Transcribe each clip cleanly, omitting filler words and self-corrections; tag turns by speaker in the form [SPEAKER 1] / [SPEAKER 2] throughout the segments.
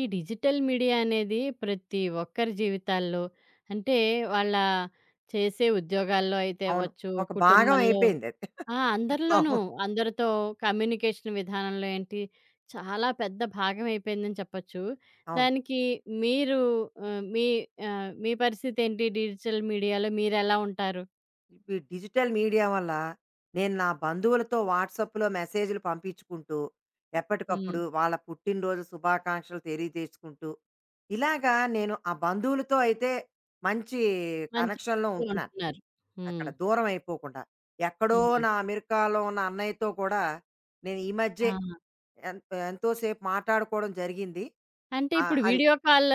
[SPEAKER 1] ఈ digital media అనేది ప్రతి ఒక్కరి జీవితాల్లో అంటే వాళ్ళ చేసే ఉద్యోగాల్లో అయితే
[SPEAKER 2] అవును.
[SPEAKER 1] అవ్వచ్చు,
[SPEAKER 2] ఒక భాగం
[SPEAKER 1] కుటుంబంలో
[SPEAKER 2] అయిపోయింది అది.
[SPEAKER 1] ఆ! అందరిలోనూ
[SPEAKER 2] అవును.
[SPEAKER 1] అందరితో కమ్యూనికేషన్ విధానంలో ఏంటి చాలా పెద్ద భాగం అయిపోయిందని చెప్పొచ్చు.
[SPEAKER 2] అవును.
[SPEAKER 1] దానికి మీరు ఆహ్, మీ మీ పరిస్థితి ఏంటి? డిజిటల్ మీడియాలో మీరెలా ఉంటారు?
[SPEAKER 2] ఇప్పుడు డిజిటల్ మీడియా వల్ల నేను నా బంధువులతో వాట్సాప్‌లో మెసేజ్‌లు పంపించుకుంటూ,
[SPEAKER 1] హ్మ్.
[SPEAKER 2] ఎప్పటికప్పుడు వాళ్ళ పుట్టినరోజు శుభాకాంక్షలు తెలియజేసుకుంటూ, ఇలాగా నేను ఆ బంధువులతో అయితే మంచి
[SPEAKER 1] మంచి
[SPEAKER 2] కనెక్షన్‌లో
[SPEAKER 1] పరిస్థితిలో
[SPEAKER 2] ఉంటున్నాను.
[SPEAKER 1] ఉంటున్నారు.
[SPEAKER 2] అక్కడ
[SPEAKER 1] హ్మ్.
[SPEAKER 2] దూరం అయిపోకుండా. ఎక్కడో
[SPEAKER 1] హ్మ్.
[SPEAKER 2] నా అమెరికాలో ఉన్న అన్నయ్యతో కూడా నేను ఈ
[SPEAKER 1] ఆ!
[SPEAKER 2] మధ్యే ఎం ఎంతో సేపు మాట్లాడుకోవడం జరిగింది.
[SPEAKER 1] అంటే
[SPEAKER 2] ఆ!
[SPEAKER 1] ఇప్పుడు
[SPEAKER 2] అది
[SPEAKER 1] వీడియో కాల్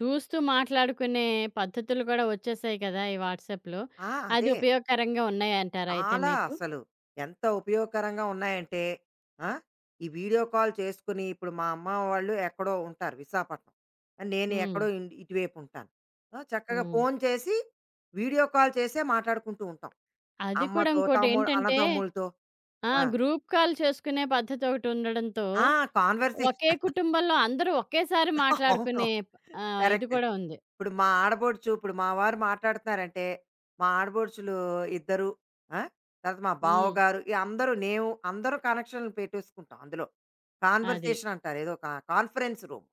[SPEAKER 1] చూస్తూ మాట్లాడుకునే పద్ధతులు కూడా వచ్చేసాయి కదా! ఈ వాట్సాప్‌లో.
[SPEAKER 2] ఆ!
[SPEAKER 1] అది
[SPEAKER 2] అదే.
[SPEAKER 1] ఉపయోగకరంగా ఉన్నాయంటారా అయితే
[SPEAKER 2] చాలా
[SPEAKER 1] మీకు?
[SPEAKER 2] అసలు ఎంత ఉపయోగకరంగా ఉన్నాయంటే ఆ, ఈ వీడియో కాల్ చేసుకుని ఇప్పుడు మా అమ్మ వాళ్ళు ఎక్కడో ఉంటారు విశాఖపట్నం. నేను
[SPEAKER 1] హ్మ్.
[SPEAKER 2] ఎక్కడో ఇటువైపు ఉంటాను. చక్కగా
[SPEAKER 1] హ్మ్.
[SPEAKER 2] ఫోన్ చేసి వీడియో కాల్ చేసే మాట్లాడుకుంటూ ఉంటాం
[SPEAKER 1] అది కూడా
[SPEAKER 2] అమ్మతో తమ్ముడు
[SPEAKER 1] ఇంకోటేంటంటే
[SPEAKER 2] అన్నదమ్ములతో
[SPEAKER 1] ఆ! గ్రూప్ కాల్ చేసుకునే పద్ధతొకటుండడంతో
[SPEAKER 2] ఆ
[SPEAKER 1] ఒకే
[SPEAKER 2] కాన్వర్సేషన్.
[SPEAKER 1] కుటుంబంలో అందరూ ఒకేసారి
[SPEAKER 2] అవును.
[SPEAKER 1] మాట్లాడుకునే ఇది
[SPEAKER 2] కరెక్ట్.
[SPEAKER 1] కూడా ఉంది.
[SPEAKER 2] ఇప్పుడు మా ఆడబొడుచు ఇప్పుడు మా వారు మాట్లాడుతున్నారంటే, మా ఆడబొడుచులు ఇద్దరు, ఆ! తర్వాత మా
[SPEAKER 1] హ్మ్.
[SPEAKER 2] బావగారు ఈ అందరూ నేను అందరూ కనెక్షన్‌లు పెట్టేసుకుంటాం అందులో.
[SPEAKER 1] అది.
[SPEAKER 2] కాన్వర్సేషన్ అంటారు. ఏదో కాన్ఫరెన్స్ రూమ్.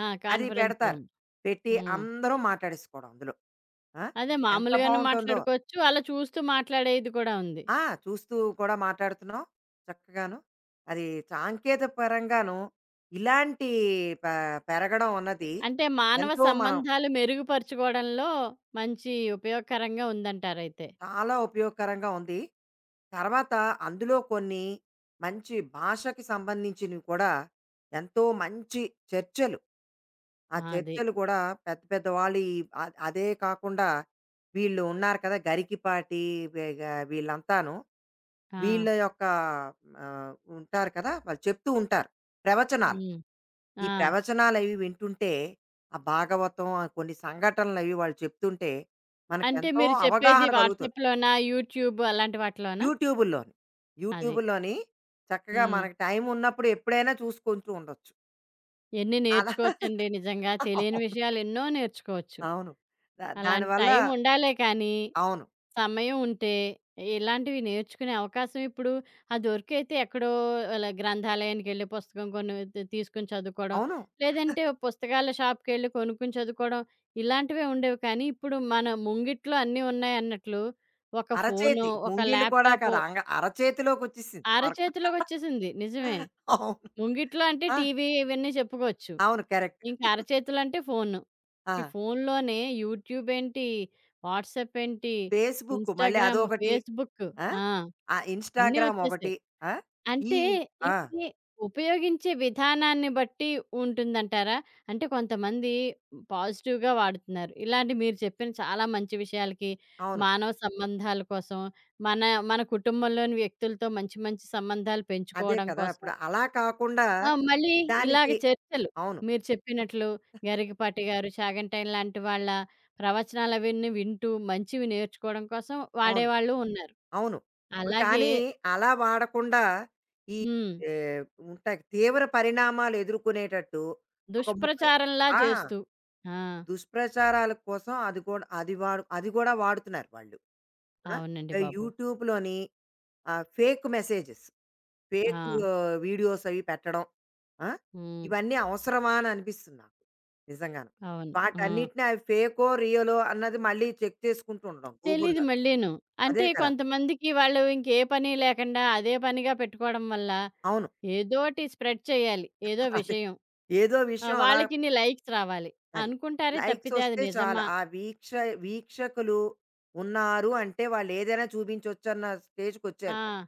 [SPEAKER 1] ఆ!
[SPEAKER 2] అది
[SPEAKER 1] కాన్ఫరెన్స్
[SPEAKER 2] పెడతారు.
[SPEAKER 1] రూమ్.
[SPEAKER 2] పెట్టి
[SPEAKER 1] హ్మ్.
[SPEAKER 2] అందరం మాట్లాడేసుకోవడం అందులో. ఆ!
[SPEAKER 1] అదే
[SPEAKER 2] ఎంత
[SPEAKER 1] మామూలుగాను
[SPEAKER 2] బావుంటుందో.
[SPEAKER 1] మాట్లాడుకోవచ్చు. అలా చూస్తూ మాట్లాడేది కూడా ఉంది.
[SPEAKER 2] ఆ! చూస్తూ కూడా మాట్లాడుతున్నాం చక్కగాను. అది సాంకేతిక పరంగాను ఇలాంటి ప పెరగడం అన్నది
[SPEAKER 1] అంటే మానవ
[SPEAKER 2] ఎంతో మనం
[SPEAKER 1] సంబంధాలు మెరుగుపరుచుకోవడంలో మంచి ఉపయోగకరంగా ఉందంటారైతే.
[SPEAKER 2] చాలా ఉపయోగకరంగా ఉంది. తర్వాత అందులో కొన్ని మంచి భాషకి సంబంధించినవి కూడా ఎంతో మంచి చర్చలు. ఆ
[SPEAKER 1] ఆ! అది.
[SPEAKER 2] చర్చలు కూడా పెద్ద పెద్ద వాళ్ళు ఈ అదే కాకుండా వీళ్ళు ఉన్నారు కదా! గరికిపాటి వీ గ వీళ్ళంతాను.
[SPEAKER 1] ఆ!
[SPEAKER 2] వీళ్ళ యొక్క ఉంటారు కదా! వాళ్ళు చెప్తూ ఉంటారు ప్రవచనాలు.
[SPEAKER 1] హ్మ్. ఆ!
[SPEAKER 2] ఈ ప్రవచనాలవి వింటుంటే ఆ భాగవతం, ఆ కొన్ని సంఘటనలవి వాళ్ళు చెప్తుంటే
[SPEAKER 1] అంటే
[SPEAKER 2] మనకెంతో
[SPEAKER 1] మీరు చెప్పేది
[SPEAKER 2] అవగాహన కలుగుతుంది.
[SPEAKER 1] వాట్సాప్‌లోనా? యూట్యూబ్ అలాంటి వాటిలోనా?
[SPEAKER 2] యూట్యూబుల్లోని.
[SPEAKER 1] అది.
[SPEAKER 2] యూట్యూబుల్లోని చక్కగా
[SPEAKER 1] హ్మ్.
[SPEAKER 2] మనకు టైం ఉన్నప్పుడు ఎప్పుడైనా చూసుకుంటూ ఉండొచ్చు.
[SPEAKER 1] ఎన్ని
[SPEAKER 2] అలా
[SPEAKER 1] నేర్చుకోవచ్చండి నిజంగా. తెలియని
[SPEAKER 2] అవును.
[SPEAKER 1] విషయాలు ఎన్నో నేర్చుకోవచ్చు.
[SPEAKER 2] అవును.
[SPEAKER 1] అలాంటి
[SPEAKER 2] దానివల్ల
[SPEAKER 1] టైం ఉండాలే కానీ
[SPEAKER 2] అవును.
[SPEAKER 1] సమయం ఉంటే ఇలాంటివి నేర్చుకునే అవకాశం ఇప్పుడు ఆ దొరికైతే ఎక్కడో అలా గ్రంథాలయానికి వెళ్ళి పుస్తకం తీసుకుని చదువుకోవడం
[SPEAKER 2] అవును.
[SPEAKER 1] లేదంటే ఓ పుస్తకాల షాప్కి వెళ్ళి కొనుక్కుని చదువుకోవడం ఇలాంటివే ఉండేవి కానీ ఇప్పుడు మన ముంగిట్లో అన్నీ ఉన్నాయి అన్నట్లు ఒక ఫోను
[SPEAKER 2] అరచేతి.
[SPEAKER 1] ఒక
[SPEAKER 2] ముంగీళ్ళు కూడా
[SPEAKER 1] ల్యాప్టాప్
[SPEAKER 2] కాదు. అరచేతిలోకొచ్చేసింది వరకు.
[SPEAKER 1] అరచేతిలోకొచ్చేసింది. నిజమే.
[SPEAKER 2] అవును.
[SPEAKER 1] ముంగిట్లో అంటే
[SPEAKER 2] ఆ!
[SPEAKER 1] టీవీ ఇవన్నీ చెప్పుకోవచ్చు.
[SPEAKER 2] అవును. కరెక్ట్.
[SPEAKER 1] ఇంక అరచేతిలో అంటే ఫోను.
[SPEAKER 2] ఆ!
[SPEAKER 1] ఈ ఫోనులోనే యూట్యూబ్ ఏంటి, వాట్సాప్ ఏంటి,
[SPEAKER 2] ఫేస్‌బుక్ మళ్ళీ
[SPEAKER 1] ఇన్‌స్టాగ్రామ్,
[SPEAKER 2] అదొకటి.
[SPEAKER 1] ఫేస్‌బుక్.
[SPEAKER 2] ఆ!
[SPEAKER 1] ఆ!
[SPEAKER 2] ఆ
[SPEAKER 1] అన్నీ
[SPEAKER 2] ఇన్‌స్టాగ్రామ్
[SPEAKER 1] వచ్చేసాయి.
[SPEAKER 2] ఒకటి. ఆ! ఈ
[SPEAKER 1] అంటే
[SPEAKER 2] ఆ!
[SPEAKER 1] ఇది ఉపయోగించే విధానాన్ని బట్టి ఉంటుందంటారా? అంటే కొంతమంది పాజిటివ్‌గా వాడుతున్నారు. ఇలాంటి మీరు చెప్పిన చాలా మంచి విషయాలకి,
[SPEAKER 2] అవును.
[SPEAKER 1] మానవ సంబంధాల కోసం, మన మన కుటుంబంలోని వ్యక్తులతో మంచి మంచి సంబంధాలు
[SPEAKER 2] అదే
[SPEAKER 1] పెంచుకోవడం
[SPEAKER 2] కదా!
[SPEAKER 1] కోసం
[SPEAKER 2] ఇప్పుడు అలా కాకుండా
[SPEAKER 1] ఆ! మళ్ళీ ఇలాగ
[SPEAKER 2] దానికి
[SPEAKER 1] చర్చలు
[SPEAKER 2] అవును.
[SPEAKER 1] మీరు చెప్పినట్లు గరికపాటి గారు, చాగంటాయన్ లాంటి వాళ్ళ ప్రవచనాలవన్నీ వింటూ మంచివి నేర్చుకోవడం కోసం
[SPEAKER 2] అవును.
[SPEAKER 1] వాడేవాళ్ళు ఉన్నారు.
[SPEAKER 2] అవును. ఇప్పుడు
[SPEAKER 1] అలాగే
[SPEAKER 2] కానీ అలా వాడకుండా ఈ
[SPEAKER 1] హ్మ్.
[SPEAKER 2] ఆహ్, ఉంటాయి తీవ్ర పరిణామాలు ఎదుర్కొనేటట్టు. ఒక 30
[SPEAKER 1] దుష్ప్రచారంలా
[SPEAKER 2] ఆ!
[SPEAKER 1] చేస్తూ. ఆ!
[SPEAKER 2] దుష్ప్రచారాల కోసం అది కూడా అది కూడా వాడుతున్నారు వాళ్ళు. ఆ!
[SPEAKER 1] అవునండి బాబు.
[SPEAKER 2] యూట్యూబ్‌లోని ఫేక్ మెసేజెస్,
[SPEAKER 1] ఆ!
[SPEAKER 2] ఫేక్ వీడియోస్ అవి పెట్టడం. ఆ!
[SPEAKER 1] హ్మ్.
[SPEAKER 2] ఇవన్నీ అవసరమా అని అనిపిస్తుంది నాకు నిజంగాను.
[SPEAKER 1] అవును. ఆ!
[SPEAKER 2] వాటన్నిటిని అవి ఫేకో, రియలో అన్నది మళ్ళీ చెక్ చేసుకుంటూ ఉండడం
[SPEAKER 1] తెలీదు
[SPEAKER 2] గూగుల్‌లో.
[SPEAKER 1] మళ్ళీను.
[SPEAKER 2] అదే
[SPEAKER 1] అంటే
[SPEAKER 2] కదా!
[SPEAKER 1] కొంతమందికి వాళ్ళు ఇంకే పని లేకుండా అదే పనిగా పెట్టుకోవడం వల్ల
[SPEAKER 2] అవును.
[SPEAKER 1] ఏదోటి స్ప్రెడ్ చేయాలి. ఏదో
[SPEAKER 2] అదే.
[SPEAKER 1] విషయం.
[SPEAKER 2] ఏదో
[SPEAKER 1] ఆ!
[SPEAKER 2] విషయం అలా
[SPEAKER 1] వాళ్ళకిన్ని లైక్స్ రావాలి.
[SPEAKER 2] అది.
[SPEAKER 1] అనుకుంటారే తప్పితే అది
[SPEAKER 2] లైక్సొస్తే చాలు.
[SPEAKER 1] నిజమా?
[SPEAKER 2] ఆ వీక్ష వీక్షకులు ఉన్నారు అంటే వాళ్ళేదైనా చూపించొచ్చన్న
[SPEAKER 1] ఆ!
[SPEAKER 2] స్టేజ్‌కొచ్చారు వాళ్ళు.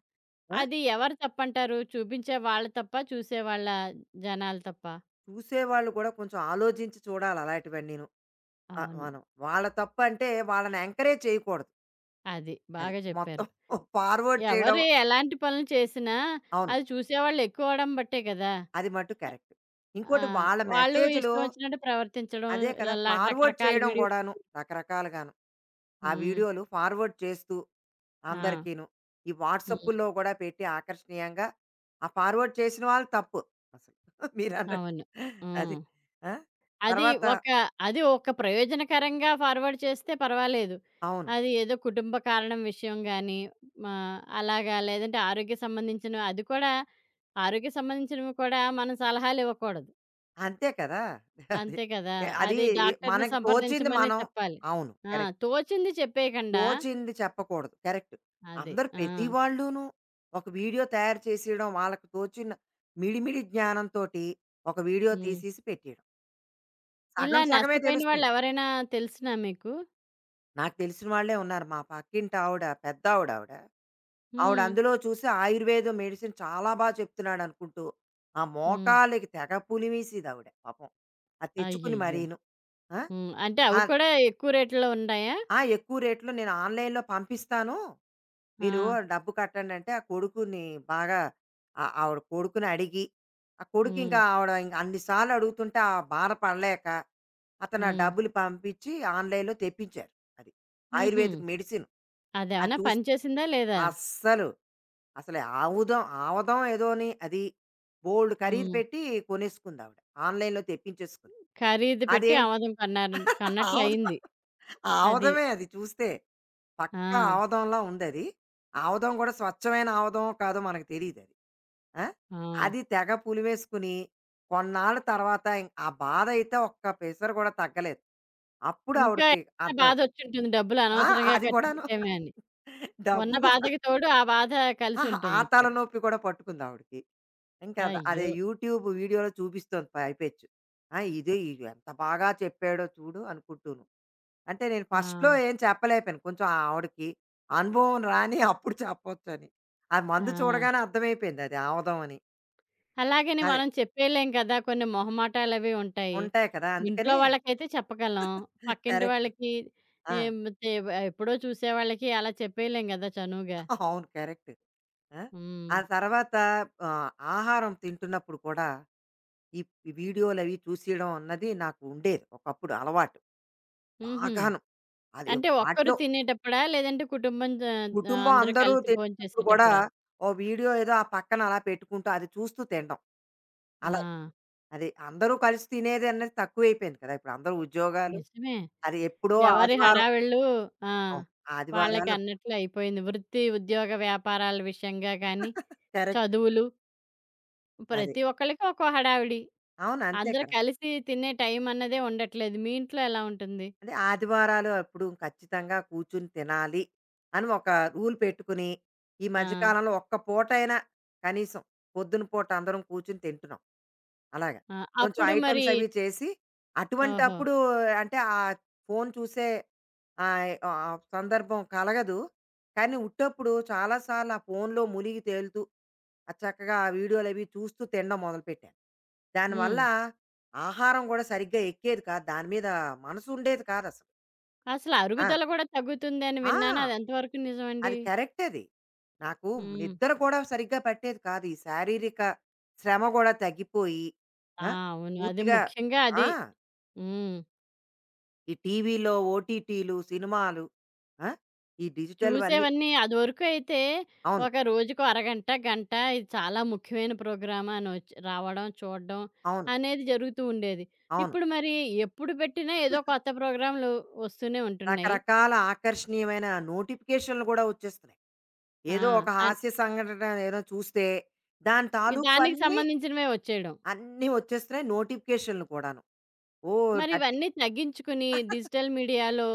[SPEAKER 2] ఆ!
[SPEAKER 1] అది ఎవరి తప్పంటారు? చూపించే వాళ్ళ తప్పా? చూసేవాళ్ళ జనాల తప్పా?
[SPEAKER 2] చూసేవాళ్ళు కూడా కొంచెం ఆలోచించి చూడాలి అలాంటివన్నీను. ఆ!
[SPEAKER 1] అవును.
[SPEAKER 2] మనం. వాళ్ళ తప్పంటే వాళ్ళని ఎంకరేజ్ చేయకూడదు.
[SPEAKER 1] అది.
[SPEAKER 2] అది.
[SPEAKER 1] బాగా
[SPEAKER 2] మొత్తం
[SPEAKER 1] చెప్పారు.
[SPEAKER 2] ఫార్వర్డ్ చేయడం
[SPEAKER 1] ఎవరు ఎలాంటి పనులు చేసినా,
[SPEAKER 2] అవును.
[SPEAKER 1] అది చూసేవాళ్ళు ఎక్కువ అవ్వడం బట్టే కదా!
[SPEAKER 2] అది మట్టు కరెక్ట్.
[SPEAKER 1] ఆ!
[SPEAKER 2] ఇంకోటి వాళ్ళ
[SPEAKER 1] వాళ్ళు
[SPEAKER 2] మెసేజులు
[SPEAKER 1] ఇష్టం వచ్చినట్టు ప్రవర్తించడం,
[SPEAKER 2] అదే కదా!
[SPEAKER 1] ఇలా
[SPEAKER 2] ఫార్వర్డ్
[SPEAKER 1] రకరకాల
[SPEAKER 2] చేయడం
[SPEAKER 1] వీడియో
[SPEAKER 2] గూడాను రకరకాలుగాను. ఆ
[SPEAKER 1] హ్మ్.
[SPEAKER 2] వీడియోలు ఫార్వర్డ్ చేస్తూ
[SPEAKER 1] ఆ!
[SPEAKER 2] అందరికీను. ఈ
[SPEAKER 1] హ్మ్.
[SPEAKER 2] వాట్సాప్పుల్లో గూడా పెట్టి ఆకర్షణీయంగా ఆ ఫార్వర్డ్ చేసిన వాళ్ళు తప్పు అసలు. మీరన్నట్టు
[SPEAKER 1] అవును.
[SPEAKER 2] అది.
[SPEAKER 1] హ్మ్.
[SPEAKER 2] ఆ!
[SPEAKER 1] అది
[SPEAKER 2] తర్వాత
[SPEAKER 1] ఒక అది ఒక ప్రయోజనకరంగా ఫార్వర్డ్ చేస్తే పర్వాలేదు.
[SPEAKER 2] అవును.
[SPEAKER 1] అది ఏదో కుటుంబ కారణం విషయం గాని, మా అలాగా లేదంటే ఆరోగ్య సంబంధించిన అది కూడా ఆరోగ్య సంబంధించినవి కూడా మనం సలహాలివ్వకూడదు.
[SPEAKER 2] అంతే కదా! అది.
[SPEAKER 1] అంతే కదా!
[SPEAKER 2] అది
[SPEAKER 1] అది డాక్టర్‌ని
[SPEAKER 2] మనకి తోచింది
[SPEAKER 1] సంప్రదించమనే
[SPEAKER 2] మనం.
[SPEAKER 1] చెప్పాలి.
[SPEAKER 2] అవును.
[SPEAKER 1] ఆ!
[SPEAKER 2] కరెక్ట్.
[SPEAKER 1] తోచింది చెప్పేయకండా
[SPEAKER 2] తోచింది చెప్పకూడదు. కరెక్ట్.
[SPEAKER 1] అది.
[SPEAKER 2] అందరూ
[SPEAKER 1] ఆ!
[SPEAKER 2] ప్రతి వాళ్ళును ఒక వీడియో తయారు చేసేయడం వాళ్ళకి తోచిన మిడిమిడి జ్ఞానంతోటి ఒక వీడియో
[SPEAKER 1] హ్మ్.
[SPEAKER 2] తీసేసి పెట్టేయడం.
[SPEAKER 1] ఇలా
[SPEAKER 2] సగం సగమే
[SPEAKER 1] నష్టపోయిన
[SPEAKER 2] తెలుస్తుంది.
[SPEAKER 1] వాళ్ళెవరైనా తెలిసినా మీకు?
[SPEAKER 2] నాకు తెలిసిన వాళ్ళే ఉన్నారు. మా పక్కింటి ఆవిడ పెద్దావిడ ఆవిడ. ఆవిడ
[SPEAKER 1] హ్మ్.
[SPEAKER 2] అందులో చూసి ఆయుర్వేదం మెడిసిన్ చాలా చెప్తున్నాడనుకుంటూ, ఆ
[SPEAKER 1] హ్మ్.
[SPEAKER 2] మోకాళ్ళకి తెగ పులిమేసేదావిడ పాపం. అది తెచ్చుకుని
[SPEAKER 1] అయ్యయ్యో!
[SPEAKER 2] మరీను. ఆ!
[SPEAKER 1] హ్మ్. అంటే అవి
[SPEAKER 2] ఆహ్,
[SPEAKER 1] కూడా ఎక్కువ రేట్‌లో ఉన్నాయా?
[SPEAKER 2] ఆ! ఎక్కువ రేట్‌లో నేను ఆన్‌లైన్‌లో పంపిస్తాను.
[SPEAKER 1] ఆ!
[SPEAKER 2] మీరు ఆ డబ్బు కట్టండంటే ఆ కొడుకుని బాగా ఆ ఆవిడ కొడుకుని అడిగి, ఆ కొడుకు ఇంకా
[SPEAKER 1] హ్మ్.
[SPEAKER 2] ఆవిడ ఇంక అన్ని సార్లు అడుగుతుంటే ఆ బాధ పడలేక, అతను ఆ
[SPEAKER 1] హ్మ్.
[SPEAKER 2] డబ్బులు పంపించి ఆన్‌లైన్‌లో తెప్పించారు. అది.
[SPEAKER 1] హుహు.
[SPEAKER 2] Ayurvedic medicine. అది
[SPEAKER 1] అదేమన్నా
[SPEAKER 2] చూసి
[SPEAKER 1] పని చేసిందా లేదా?
[SPEAKER 2] అస్సలు, అసలు ఆవదం ఏదోని అది. బోలెడు ఖరీదు
[SPEAKER 1] హ్మ్.
[SPEAKER 2] పెట్టి కొనేసుకుందావిడ. ఆన్‌లైన్‌లో తెప్పించేసుకుంది.
[SPEAKER 1] ఖరీదు పెట్టి
[SPEAKER 2] అదేంటి
[SPEAKER 1] ఆమోదం కన్నారంట
[SPEAKER 2] ఆవదం
[SPEAKER 1] కన్నట్లయింది. అది.
[SPEAKER 2] ఆవదమే అది చూస్తే.
[SPEAKER 1] ఆ!
[SPEAKER 2] పక్కా ఆవదంలా ఉందది. ఆవదం గూడా స్వచ్ఛమైన ఆవదమో కాదో మనకు తెలీదది. ఆ!
[SPEAKER 1] ఆ!
[SPEAKER 2] అది తెగ పులివేసుకుని, కొన్నాళ్ళ తర్వాత ఆ బాధయితే ఒక్క పెసరు గూడా తగ్గలేదు. అప్పుడు
[SPEAKER 1] ఇంకా
[SPEAKER 2] ఆవిడకి
[SPEAKER 1] ఏమైనా
[SPEAKER 2] అర్థమైంది.
[SPEAKER 1] బాధొచ్చుంటుంది డబ్బులు
[SPEAKER 2] ఆ!
[SPEAKER 1] అనవసరంగా
[SPEAKER 2] అది
[SPEAKER 1] ఖర్చు
[SPEAKER 2] గూడాను.
[SPEAKER 1] పెట్టామే అని. ఉన్న
[SPEAKER 2] డబ్బు గూ
[SPEAKER 1] బాధకి తోడు ఆ బాధ
[SPEAKER 2] ఆహా! ఆ
[SPEAKER 1] కలిసుంటుందిప్పుడు.
[SPEAKER 2] తలనొప్పి కూడా పట్టుకుందావిడకి. ఇంకా అదే
[SPEAKER 1] అయ్యో!
[SPEAKER 2] యూట్యూబ్ వీడియోలో చూపిస్తోంది పైపెచ్చు. ఆ! ఇది ఎంత బాగా చెప్పాడో చూడు అనుకుంటూను. అంటే నేను
[SPEAKER 1] ఆ!
[SPEAKER 2] ఫస్ట్‌లో ఏం చెప్పలేకపోయాను. కొంచెం ఆ ఆవిడకి అనుభవం రాని అప్పుడు చెప్పొచ్చని. ఆ మందు
[SPEAKER 1] ఆ!
[SPEAKER 2] చూడగానే అర్థమైపోయింది అది ఆముదం అని.
[SPEAKER 1] అలాగని
[SPEAKER 2] అదే.
[SPEAKER 1] మనం చెప్పేయలేం కదా! కొన్ని మొహమాటాలవి ఉంటాయి.
[SPEAKER 2] ఉంటాయి కదా!
[SPEAKER 1] ఇంట్లో
[SPEAKER 2] అందుకని
[SPEAKER 1] వాళ్ళకైతే చెప్పగలం. పక్కింటి
[SPEAKER 2] కరెక్ట్.
[SPEAKER 1] వాళ్ళకి
[SPEAKER 2] ఆ!
[SPEAKER 1] ఏం తె ఎప్పుడో చూసేవాళ్ళకి అలా చెప్పేయలేం గదా! చనువుగా.
[SPEAKER 2] అవును. కరెక్ట్. ఆ!
[SPEAKER 1] హ్మ్.
[SPEAKER 2] ఆ తర్వాత ఆహ్, ఆహారం తింటున్నప్పుడు కూడా ఈ వీడియోలవి చూసేయడం అన్నది నాకు ఉండేది ఒకప్పుడు అలవాటు.
[SPEAKER 1] హుహు.
[SPEAKER 2] బాగాను. అది
[SPEAKER 1] అంటే ఒక్కరు
[SPEAKER 2] వాటిలో
[SPEAKER 1] తినేటప్పుడా? లేదంటే కుటుంబం జ
[SPEAKER 2] కుటుంబం
[SPEAKER 1] అందరూ
[SPEAKER 2] అందరూ
[SPEAKER 1] కలిసి
[SPEAKER 2] తినేటప్పుడు గూడా
[SPEAKER 1] భోంచేసేటప్పుడా?
[SPEAKER 2] ఓ వీడియో ఏదో ఆ పక్కన అలా పెట్టుకుంటూ అది చూస్తూ తినడం.
[SPEAKER 1] ఆ!
[SPEAKER 2] అలా అది అందరూ కలిసి తినేదన్నది తక్కువైపోయింది కదా! ఇప్పుడు అందరూ ఉద్యోగాలు.
[SPEAKER 1] నిజమే.
[SPEAKER 2] అది ఎప్పుడో
[SPEAKER 1] ఎవరి
[SPEAKER 2] ఆదివారం.
[SPEAKER 1] హడావిళ్ళు ఆ!
[SPEAKER 2] అవును.
[SPEAKER 1] వాళ్ళకి
[SPEAKER 2] ఆదివారాలు
[SPEAKER 1] అన్నట్లు అయిపోయింది. వృత్తి, ఉద్యోగ, వ్యాపారాల విషయంగా కానీ,
[SPEAKER 2] కరెక్ట్.
[SPEAKER 1] చదువులు
[SPEAKER 2] అదే.
[SPEAKER 1] ప్రతి ఒక్కళ్ళకి ఒక్కో హడావిడి.
[SPEAKER 2] అవును. అంతే
[SPEAKER 1] అందరూ
[SPEAKER 2] కదా!
[SPEAKER 1] కలిసి తినే టైం అన్నదే ఉండట్లేదు. మీ ఇంట్లో ఎలా ఉంటుంది?
[SPEAKER 2] అంటే ఆదివారాలు అప్పుడు ఖచ్చితంగా కూర్చుని తినాలి అని ఒక రూల్ పెట్టుకుని, ఈ
[SPEAKER 1] ఆ!
[SPEAKER 2] మధ్య కాలంలో ఒక్క పూటైనా కనీసం పొద్దున పూట అందరం కూర్చుని తింటున్నాం. అలాగా.
[SPEAKER 1] ఆ!
[SPEAKER 2] కొంచెం
[SPEAKER 1] అప్పుడు మరి
[SPEAKER 2] ఐటెమ్స్ అవి చేసి,
[SPEAKER 1] ఓహో!
[SPEAKER 2] అటువంటప్పుడు అంటే ఆ ఫోను చూసే ఆహ్, ఆహ్, సందర్భం కలగదు. కానీ ఉట్టప్పుడు చాలా సార్లు ఆ ఫోనులో మునిగి తేలుతూ ఆ చక్కగా ఆ వీడియోలు అవి చూస్తూ తినడం మొదలుపెట్టాను.
[SPEAKER 1] హ్మ్.
[SPEAKER 2] దానివల్ల ఆహారం గూడా సరిగ్గా ఎక్కేది కాదు. దాని మీద మనసు ఉండేది కాదసలు.
[SPEAKER 1] అసలు
[SPEAKER 2] ఆ!
[SPEAKER 1] అరుగుదల గూడా తగ్గుతుందని
[SPEAKER 2] ఆ!
[SPEAKER 1] విన్నాను. అది ఎంతవరకు
[SPEAKER 2] అది
[SPEAKER 1] నిజమండి?
[SPEAKER 2] కరెక్ట్ అది. నాకు
[SPEAKER 1] హ్మ్.
[SPEAKER 2] నిద్ర కూడా సరిగ్గా పట్టేది కాదు. ఈ శారీరక శ్రమ గూడా తగ్గిపోయి
[SPEAKER 1] ఆ!
[SPEAKER 2] ఆ!
[SPEAKER 1] అవును. అది
[SPEAKER 2] పూర్తిగా
[SPEAKER 1] ముఖ్యంగా
[SPEAKER 2] ఆ!
[SPEAKER 1] అది. హ్మ్.
[SPEAKER 2] ఈ టీవీలో ఓటీటీలు, సినిమాలు ఆ! ఈ డిజిటల్‌వన్నీ
[SPEAKER 1] చూసేవన్నీ అదివరకు అయితే
[SPEAKER 2] అవును.
[SPEAKER 1] ఒక రోజుకో అరగంట, గంట ఇది చాలా ముఖ్యమైన ప్రోగ్రామ్ అని వచ్చి రావడం, చూడడం
[SPEAKER 2] అవును.
[SPEAKER 1] అనేది జరుగుతూ ఉండేది.
[SPEAKER 2] అవును.
[SPEAKER 1] ఇప్పుడు మరి ఎప్పుడు పెట్టినా ఏదో కొత్త ప్రోగ్రామ్‌లు వస్తూనే ఉంటున్నాయి.
[SPEAKER 2] రకరకాల ఆకర్షణీయమైన నోటిఫికేషన్‌లు గూడా వచ్చేస్తున్నాయి.
[SPEAKER 1] ఆ!
[SPEAKER 2] ఏదో ఒక
[SPEAKER 1] అన్
[SPEAKER 2] హాస్య సంఘటన ఏదో చూస్తే, దాని
[SPEAKER 1] దానికి
[SPEAKER 2] తాలూకువన్నీ
[SPEAKER 1] సంబంధించినవే వచ్చేయడం.
[SPEAKER 2] అన్నీ వచ్చేస్తున్నాయి నోటిఫికేషన్‌లు కూడాను. ఓ
[SPEAKER 1] మరి
[SPEAKER 2] థర్టీ
[SPEAKER 1] ఇవన్నీ తగ్గించుకుని డిజిటల్ మీడియాలో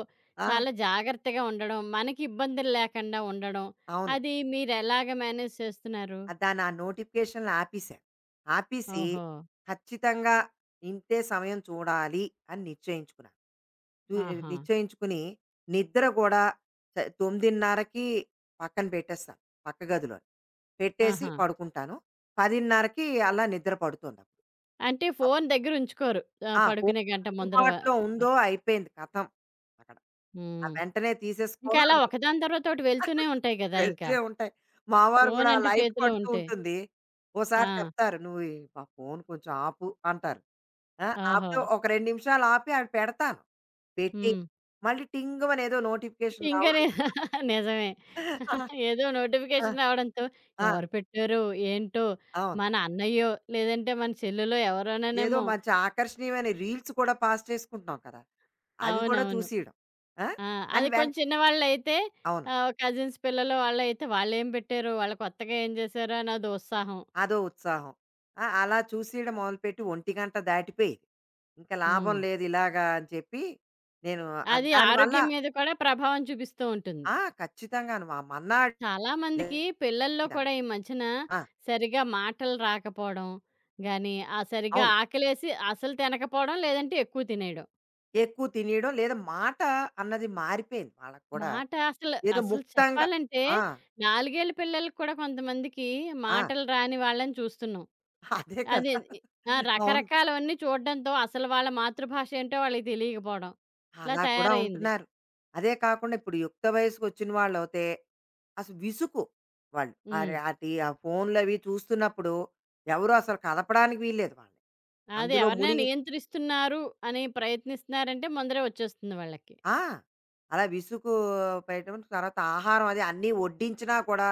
[SPEAKER 2] ఆ!
[SPEAKER 1] చాలా జాగ్రత్తగా ఉండడం, మనకి ఇబ్బందులు లేకుండా ఉండడం,
[SPEAKER 2] అవును.
[SPEAKER 1] అది మీరెలాగ మేనేజ్ చేస్తున్నారు?
[SPEAKER 2] దాన్ని ఆ నోటిఫికేషన్‌లు ఆపేశాను. ఆపేసి
[SPEAKER 1] ఓహో!
[SPEAKER 2] ఖచ్చితంగా ఇంతే సమయం చూడాలి అని నిశ్చయించుకున్నాను. ని
[SPEAKER 1] ఆహా!
[SPEAKER 2] నిశ్చయించుకుని నిద్ర కూడా త 9:30కి పక్కన పెట్టేస్తాను. పక్క గదిలో. పెట్టేసి
[SPEAKER 1] ఆహా!
[SPEAKER 2] పడుకుంటాను. 10:30కి అలా నిద్ర పడుతుందప్పుడు.
[SPEAKER 1] అంటే ఫోను దగ్గరుంచుకోరు.
[SPEAKER 2] ఆ! ఫోను
[SPEAKER 1] పడుకునే గంట ముందర
[SPEAKER 2] అందుబాటులో ఉందో
[SPEAKER 1] వరకు.
[SPEAKER 2] అయిపోయింది కథం. అక్కడ. ఆ
[SPEAKER 1] హ్మ్.
[SPEAKER 2] వెంటనే
[SPEAKER 1] ఇంకా
[SPEAKER 2] తీసేసుకోవడం
[SPEAKER 1] అలా
[SPEAKER 2] అందులో
[SPEAKER 1] ఒకదాని తర్వాత ఒకటి వెళ్తూనే ఉంటాయి గదా! ఇంకా.
[SPEAKER 2] వెళ్తూనే ఉంటాయి. మావారు గూడా ఆ
[SPEAKER 1] ఫోనంటూ
[SPEAKER 2] లైట్
[SPEAKER 1] చేతిలో
[SPEAKER 2] పడుతూ
[SPEAKER 1] ఉంటే.
[SPEAKER 2] ఉంటుంది. ఓసారి
[SPEAKER 1] ఆ!
[SPEAKER 2] చెప్తారు, "నువ్వు ఈ ఆ ఫోను కొంచెం ఆపు" అంటారు. ఆ!
[SPEAKER 1] ఓహో!
[SPEAKER 2] ఆపితే ఒక 2 నిమిషాలు ఆపి అవి పెడతాను. పెట్టి
[SPEAKER 1] హ్మ్.
[SPEAKER 2] మళ్ళీ టింగుమని ఏదో నోటిఫికేషన్
[SPEAKER 1] పింగనే
[SPEAKER 2] రావడం
[SPEAKER 1] నిజమే.
[SPEAKER 2] ఆ!
[SPEAKER 1] ఏదో
[SPEAKER 2] ఆ!
[SPEAKER 1] నోటిఫికేషన్ రావడంతో
[SPEAKER 2] ఆ!
[SPEAKER 1] ఎవరు పెట్టారో? ఏంటో?
[SPEAKER 2] అవును.
[SPEAKER 1] మన అన్నయ్యో, లేదంటే మన చెల్లెలో
[SPEAKER 2] ఏదో
[SPEAKER 1] ఎవరోననేమో.
[SPEAKER 2] మంచి ఆకర్షణీయమైన రీల్స్ కూడా పాస్ చేసుకుంటున్నాం కదా! అవి కూడా
[SPEAKER 1] అవునవును.
[SPEAKER 2] చూసేయడం. ఆ!
[SPEAKER 1] ఆ!
[SPEAKER 2] అని
[SPEAKER 1] అది
[SPEAKER 2] వెన్
[SPEAKER 1] కొంచెం చిన్నవాళ్ళైతే
[SPEAKER 2] అవును.
[SPEAKER 1] కజిన్స్ పిల్లలు వాళ్ళైతే వాళ్ళేం పెట్టారో? వాళ్ళు కొత్తగా ఏం జేశారో? అన్నది ఉత్సాహం.
[SPEAKER 2] అదో ఉత్సాహం. ఆ! అలా చూసేయడం మొదలుపెట్టి ఒంటిగంట దాటిపోయేది. ఇంక లాభం
[SPEAKER 1] హ్మ్.
[SPEAKER 2] లేదు ఇలాగా అని చెప్పి నేను
[SPEAKER 1] అది
[SPEAKER 2] దానివల్ల
[SPEAKER 1] ఆరోగ్యం మీద కూడా ప్రభావం చూపిస్తూ ఉంటుంది.
[SPEAKER 2] ఆ! ఖచ్చితంగాను. మా మన్నాడు
[SPEAKER 1] చాలామందికి పిల్లల్లో
[SPEAKER 2] లేదన్న.
[SPEAKER 1] కూడా ఈ మధ్యన
[SPEAKER 2] ఆ!
[SPEAKER 1] సరిగ్గా మాటలు రాకపోవడం గానీ, ఆ సరిగ్గా
[SPEAKER 2] అవును.
[SPEAKER 1] ఆకలేసి అసలు తినకపోవడం, లేదంటే ఎక్కువ తినేయడం.
[SPEAKER 2] ఎక్కువ తినేయడం లేదా మాట అన్నది మారిపోయింది వాళ్ళకి కూడా.
[SPEAKER 1] మాట అసలు
[SPEAKER 2] ఏదో
[SPEAKER 1] అసలు
[SPEAKER 2] ముక్తంగా
[SPEAKER 1] చెప్పాలంటే,
[SPEAKER 2] ఆ!
[SPEAKER 1] నాలుగేళ్ల పిల్లలకి కూడా కొంతమందికి
[SPEAKER 2] ఆ!
[SPEAKER 1] మాటలు రాని వాళ్ళని చూస్తున్నాం.
[SPEAKER 2] అదే
[SPEAKER 1] అదే
[SPEAKER 2] కదా!
[SPEAKER 1] ఇ ఆ!
[SPEAKER 2] అవును.
[SPEAKER 1] రకరకాలవన్నీ చూడడంతో అసలు వాళ్ళ మాతృభాష ఏంటో వాళ్ళకి తెలియకపోవడం. ఇలా
[SPEAKER 2] అలా కూడా
[SPEAKER 1] తయారయింది.
[SPEAKER 2] ఉంటున్నారు. అదే కాకుండా ఇప్పుడు యుక్త వయసుకొచ్చిన వాళ్ళవుతే అసలు వాళ్ళు.
[SPEAKER 1] హ్మ్.
[SPEAKER 2] అరె అటి ఆ ఫోన్‌లవి చూస్తున్నప్పుడు ఎవరు అసలు కదపడానికి వీల్లేదు వాళ్ళని.
[SPEAKER 1] అదే
[SPEAKER 2] అందులో
[SPEAKER 1] ఎవరినైనా
[SPEAKER 2] మునిగి
[SPEAKER 1] నియంత్రిస్తున్నారు అని ప్రయత్నిస్తున్నారంటే ముందరే వచ్చేస్తుంది వాళ్ళకి.
[SPEAKER 2] ఆ! అలా విసుగు పెట్టడం తర్వాత ఆహారం అది అన్నీ వడ్డించినా కూడా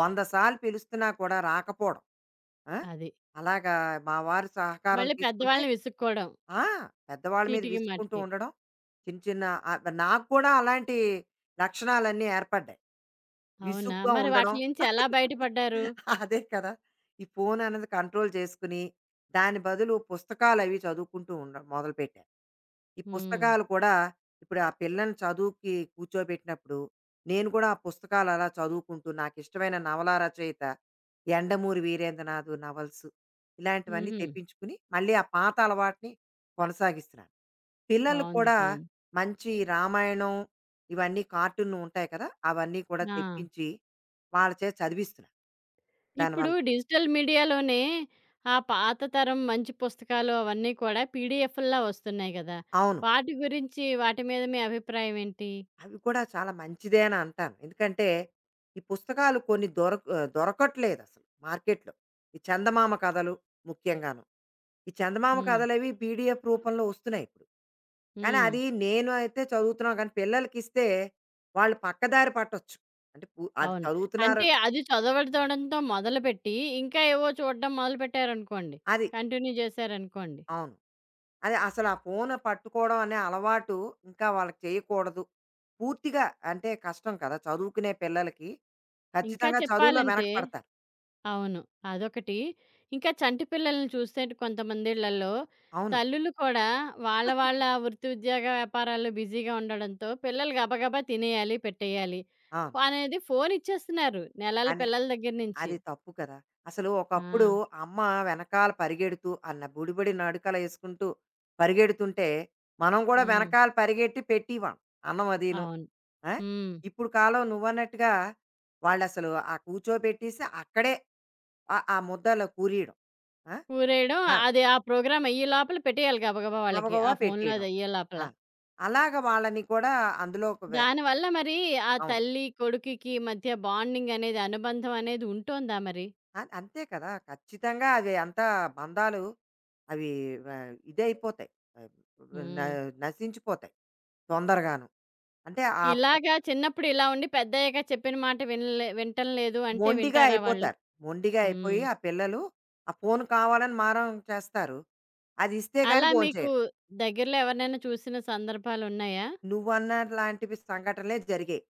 [SPEAKER 2] 100 సార్లు పిలుస్తున్నా కూడా రాకపోవడం. ఆ!
[SPEAKER 1] అది.
[SPEAKER 2] అలాగా మా వారి సహకారం
[SPEAKER 1] మళ్ళీ
[SPEAKER 2] తీసుకుంటే
[SPEAKER 1] పెద్దవాళ్ళని విసుక్కోవడం.
[SPEAKER 2] ఆ! పెద్దవాళ్ళ మీద
[SPEAKER 1] చీటికి
[SPEAKER 2] విసుక్కుంటూ
[SPEAKER 1] మాటికి.
[SPEAKER 2] ఉండడం. చిన్న చిన్న నాకు కూడా అలాంటి లక్షణాలన్నీ ఏర్పడ్డాయి.
[SPEAKER 1] అవునా?
[SPEAKER 2] విసుగ్గా
[SPEAKER 1] మరి
[SPEAKER 2] ఉండడం.
[SPEAKER 1] వాటిల నుంచి ఎలా బయటపడ్డారు?
[SPEAKER 2] అదే కదా! ఈ ఫోన్ అన్నది కంట్రోల్ చేసుకుని, దాని బదులు పుస్తకాలవి చదువుకుంటూ ఉండ మొదలుపెట్టాను. ఈ
[SPEAKER 1] హ్మ్.
[SPEAKER 2] పుస్తకాలు కూడా ఇప్పుడు ఆ పిల్లని చదువుకి కూర్చోబెట్టినప్పుడు, నేను కూడా ఆ పుస్తకాలు అలా చదువుకుంటూ నాకిష్టమైన నవలా రచయిత 'యండమూరి వీరేంద్రనాథ్' నవల్స్ ఇలాంటివన్నీ
[SPEAKER 1] హుహు.
[SPEAKER 2] తెప్పించుకుని, మళ్ళీ ఆ పాత అలవాటుని కొనసాగిస్తున్నాను. పిల్లలు
[SPEAKER 1] బావుంది.
[SPEAKER 2] కూడా
[SPEAKER 1] బావుంది.
[SPEAKER 2] మంచి రామాయణం ఇవన్నీ కార్టూన్ ఉంటాయి కదా! అవన్నీ కూడా
[SPEAKER 1] ఆ!
[SPEAKER 2] తెప్పించి వాళ్ళ చేత చదివిస్తున్నాను.
[SPEAKER 1] ఇప్పుడు
[SPEAKER 2] దానివల్ల
[SPEAKER 1] డిజిటల్ మీడియాలోనే ఆ పాత తరం మంచి పుస్తకాలు అవన్నీ కూడా పీడీఎఫ్‌ల్లా వస్తున్నాయి గదా!
[SPEAKER 2] అవును.
[SPEAKER 1] వాటి గురించి వాటి మీద మీ అభిప్రాయం ఏంటి?
[SPEAKER 2] అవి కూడా చాలా మంచిదే అని అంటాను. ఎందుకంటే ఈ పుస్తకాలు కొన్ని దొరకట్లేదసలు మార్కెట్‌లో. ఈ చందమామ కథలు ముఖ్యంగాను. ఈ చందమామ
[SPEAKER 1] హ్మ్.
[SPEAKER 2] కథలవి పీడీఎఫ్ రూపంలో వస్తున్నాయి ఇప్పుడు. కానీ
[SPEAKER 1] హ్మ్.
[SPEAKER 2] అది నేను అయితే చదువుతున్నాను కానీ పిల్లలకిస్తే వాళ్ళు పక్కదారి పట్టొచ్చు. అంటే అది
[SPEAKER 1] అవును.
[SPEAKER 2] చదువుతున్నారు
[SPEAKER 1] అంటే అది చదవడంతో మొదలుపెట్టి, ఇంకా ఏవో చూడడం మొదలుపెట్టారనుకోండి,
[SPEAKER 2] అది
[SPEAKER 1] కంటిన్యూ చేశారనుకోండి.
[SPEAKER 2] అవును. అదే అసలు ఆ ఫోను పట్టుకోవడం అనే అలవాటు ఇంకా వాళ్ళకి చేయకూడదు. పూర్తిగా అంటే కష్టం కదా! చదువుకునే పిల్లలకి
[SPEAKER 1] ఇంకా
[SPEAKER 2] ఖచ్చితంగా చదువులో
[SPEAKER 1] చెప్పాలంటే
[SPEAKER 2] వెనకపడతారు.
[SPEAKER 1] అవును. అదొకటి. ఇంకా చంటి పిల్లల్ని చూస్తే కొంతమందిళ్ళలో
[SPEAKER 2] అవును.
[SPEAKER 1] తల్లులు కూడా వాళ్ళ వాళ్ళ వృత్తి, ఉద్యోగ, వ్యాపారాల్లో బిజీగా ఉండడంతో పిల్లలు గబగబా తినేయాలి, పెట్టేయాలి
[SPEAKER 2] అవును.
[SPEAKER 1] అనేది ఫోను ఇచ్చేస్తున్నారు. నెలల
[SPEAKER 2] కానీ
[SPEAKER 1] పిల్లల దగ్గర నుంచి.
[SPEAKER 2] అది తప్పు కదా! అసలు
[SPEAKER 1] ఆ!
[SPEAKER 2] ఒకప్పుడు అమ్మ వెనకాల పరిగెడుతూ అన్న బుడిబడి నడకలేసుకుంటూ పరిగెడుతుంటే, మనం కూడా
[SPEAKER 1] హ్మ్.
[SPEAKER 2] వెనకాల పరిగెట్టి పెట్టేవాం అన్నం అదీను.
[SPEAKER 1] అవును.
[SPEAKER 2] ఆ!
[SPEAKER 1] హ్మ్.
[SPEAKER 2] ఇప్పుడు కాలం నువ్వన్నట్టుగా వాళ్ళసలు ఆ కూర్చోబెట్టేసి అక్కడే ఆ ఆ ముద్దలో కూరీయడం. ఆ!
[SPEAKER 1] ఊరేయడం.
[SPEAKER 2] ఆ!
[SPEAKER 1] అది ఆ ప్రోగ్రామ్ అయ్యే లోపల పెట్టేయాలి గబగబా వాళ్ళకి.
[SPEAKER 2] గబగబా
[SPEAKER 1] ఆ ఫోనులో
[SPEAKER 2] పెట్టేయడం.
[SPEAKER 1] అది అయ్యే లోపల.
[SPEAKER 2] ఆ! అలాగ వాళ్ళని కూడా అందులో ఒక వె
[SPEAKER 1] దానివల్ల మరి ఆ
[SPEAKER 2] అవును.
[SPEAKER 1] తల్లి, కొడుకుకి మధ్య బాండింగ్ అనేది, అనుబంధం అనేది ఉంటోందా మరి?
[SPEAKER 2] అంతే కదా! ఖచ్చితంగా అవి అంతా బంధాలు అవి వ ఇదైపోతాయి. ఆహ్, న
[SPEAKER 1] హ్మ్.
[SPEAKER 2] నశించిపోతాయి తొందరగాను. అంటే ఆ ప్ర
[SPEAKER 1] ఇలాగా చిన్నప్పుడు ఇలా ఉండి, పెద్దయ్యాక చెప్పిన మాట వినటం లేదు అంటే
[SPEAKER 2] మొండిగా
[SPEAKER 1] వింటారా వాళ్ళు?
[SPEAKER 2] అయిపోతారు. మొండిగా అయిపోయి
[SPEAKER 1] హ్మ్.
[SPEAKER 2] ఆ పిల్లలు ఆ ఫోను కావాలని మారం చేస్తారు. అది ఇస్తే గాని
[SPEAKER 1] అలా మీకు
[SPEAKER 2] భోంచేయరు.
[SPEAKER 1] దగ్గరలో ఎవరినైనా చూసిన సందర్భాలున్నాయా?
[SPEAKER 2] నువ్వన్న లాంటివి సంఘటనలే జరిగాయి.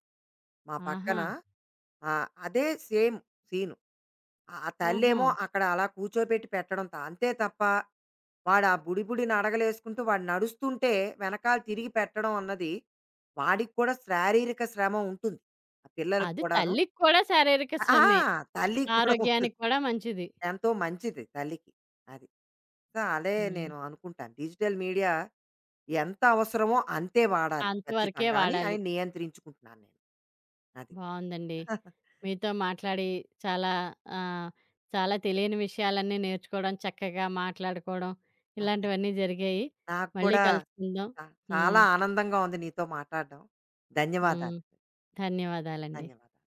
[SPEAKER 2] మా పక్కన
[SPEAKER 1] ఆహా!
[SPEAKER 2] ఆ! అదే సేమ్ సీను. ఆ
[SPEAKER 1] హుహు.
[SPEAKER 2] తల్లేమో అక్కడ అలా కూర్చోబెట్టి పెట్టడం అంతే తప్ప వాడు ఆ బుడి బుడిన అడగలేసుకుంటూ వాడు నడుస్తుంటే వెనకాల తిరిగి పెట్టడం అన్నది వాడికి కూడా శారీరక శ్రమ ఉంటుంది. ఆ పిల్లలకి
[SPEAKER 1] అది
[SPEAKER 2] కూడాను.
[SPEAKER 1] తల్లికి కూడా శారీరక
[SPEAKER 2] ఆ!
[SPEAKER 1] శ్రమే.
[SPEAKER 2] తల్లికి కూడా ఉంటుంది.
[SPEAKER 1] ఆరోగ్యానికి కూడా మంచిది.
[SPEAKER 2] ఎంతో మంచిది తల్లికి. అది. సో, అదే
[SPEAKER 1] హ్మ్.
[SPEAKER 2] నేను అనుకుంటాను. డిజిటల్ మీడియా ఎంత అవసరమో అంతే వాడాలి
[SPEAKER 1] అంతవరకే
[SPEAKER 2] ఖచ్చితంగా అని, అని
[SPEAKER 1] వాడాలి.
[SPEAKER 2] నియంత్రించుకుంటున్నాను నేను. అది.
[SPEAKER 1] బావుందండి. మీతో మాట్లాడి చాలా ఆహ్, చాలా తెలియని విషయాలన్నీ నేర్చుకోవడం, చక్కగా మాట్లాడుకోవడం
[SPEAKER 2] అదే.
[SPEAKER 1] ఇలాంటివన్నీ జరిగాయి.
[SPEAKER 2] నాకు
[SPEAKER 1] మళ్ళీ
[SPEAKER 2] కూడా
[SPEAKER 1] కలుసుకుందాం.
[SPEAKER 2] చా చాలా
[SPEAKER 1] హ్మ్.
[SPEAKER 2] ఆనందంగా ఉంది నీతో మాట్లాడడం.
[SPEAKER 1] హ్మ్.
[SPEAKER 2] ధన్యవాదాలు.
[SPEAKER 1] ధన్యవాదాలండి.
[SPEAKER 2] ధన్యవాదాలు.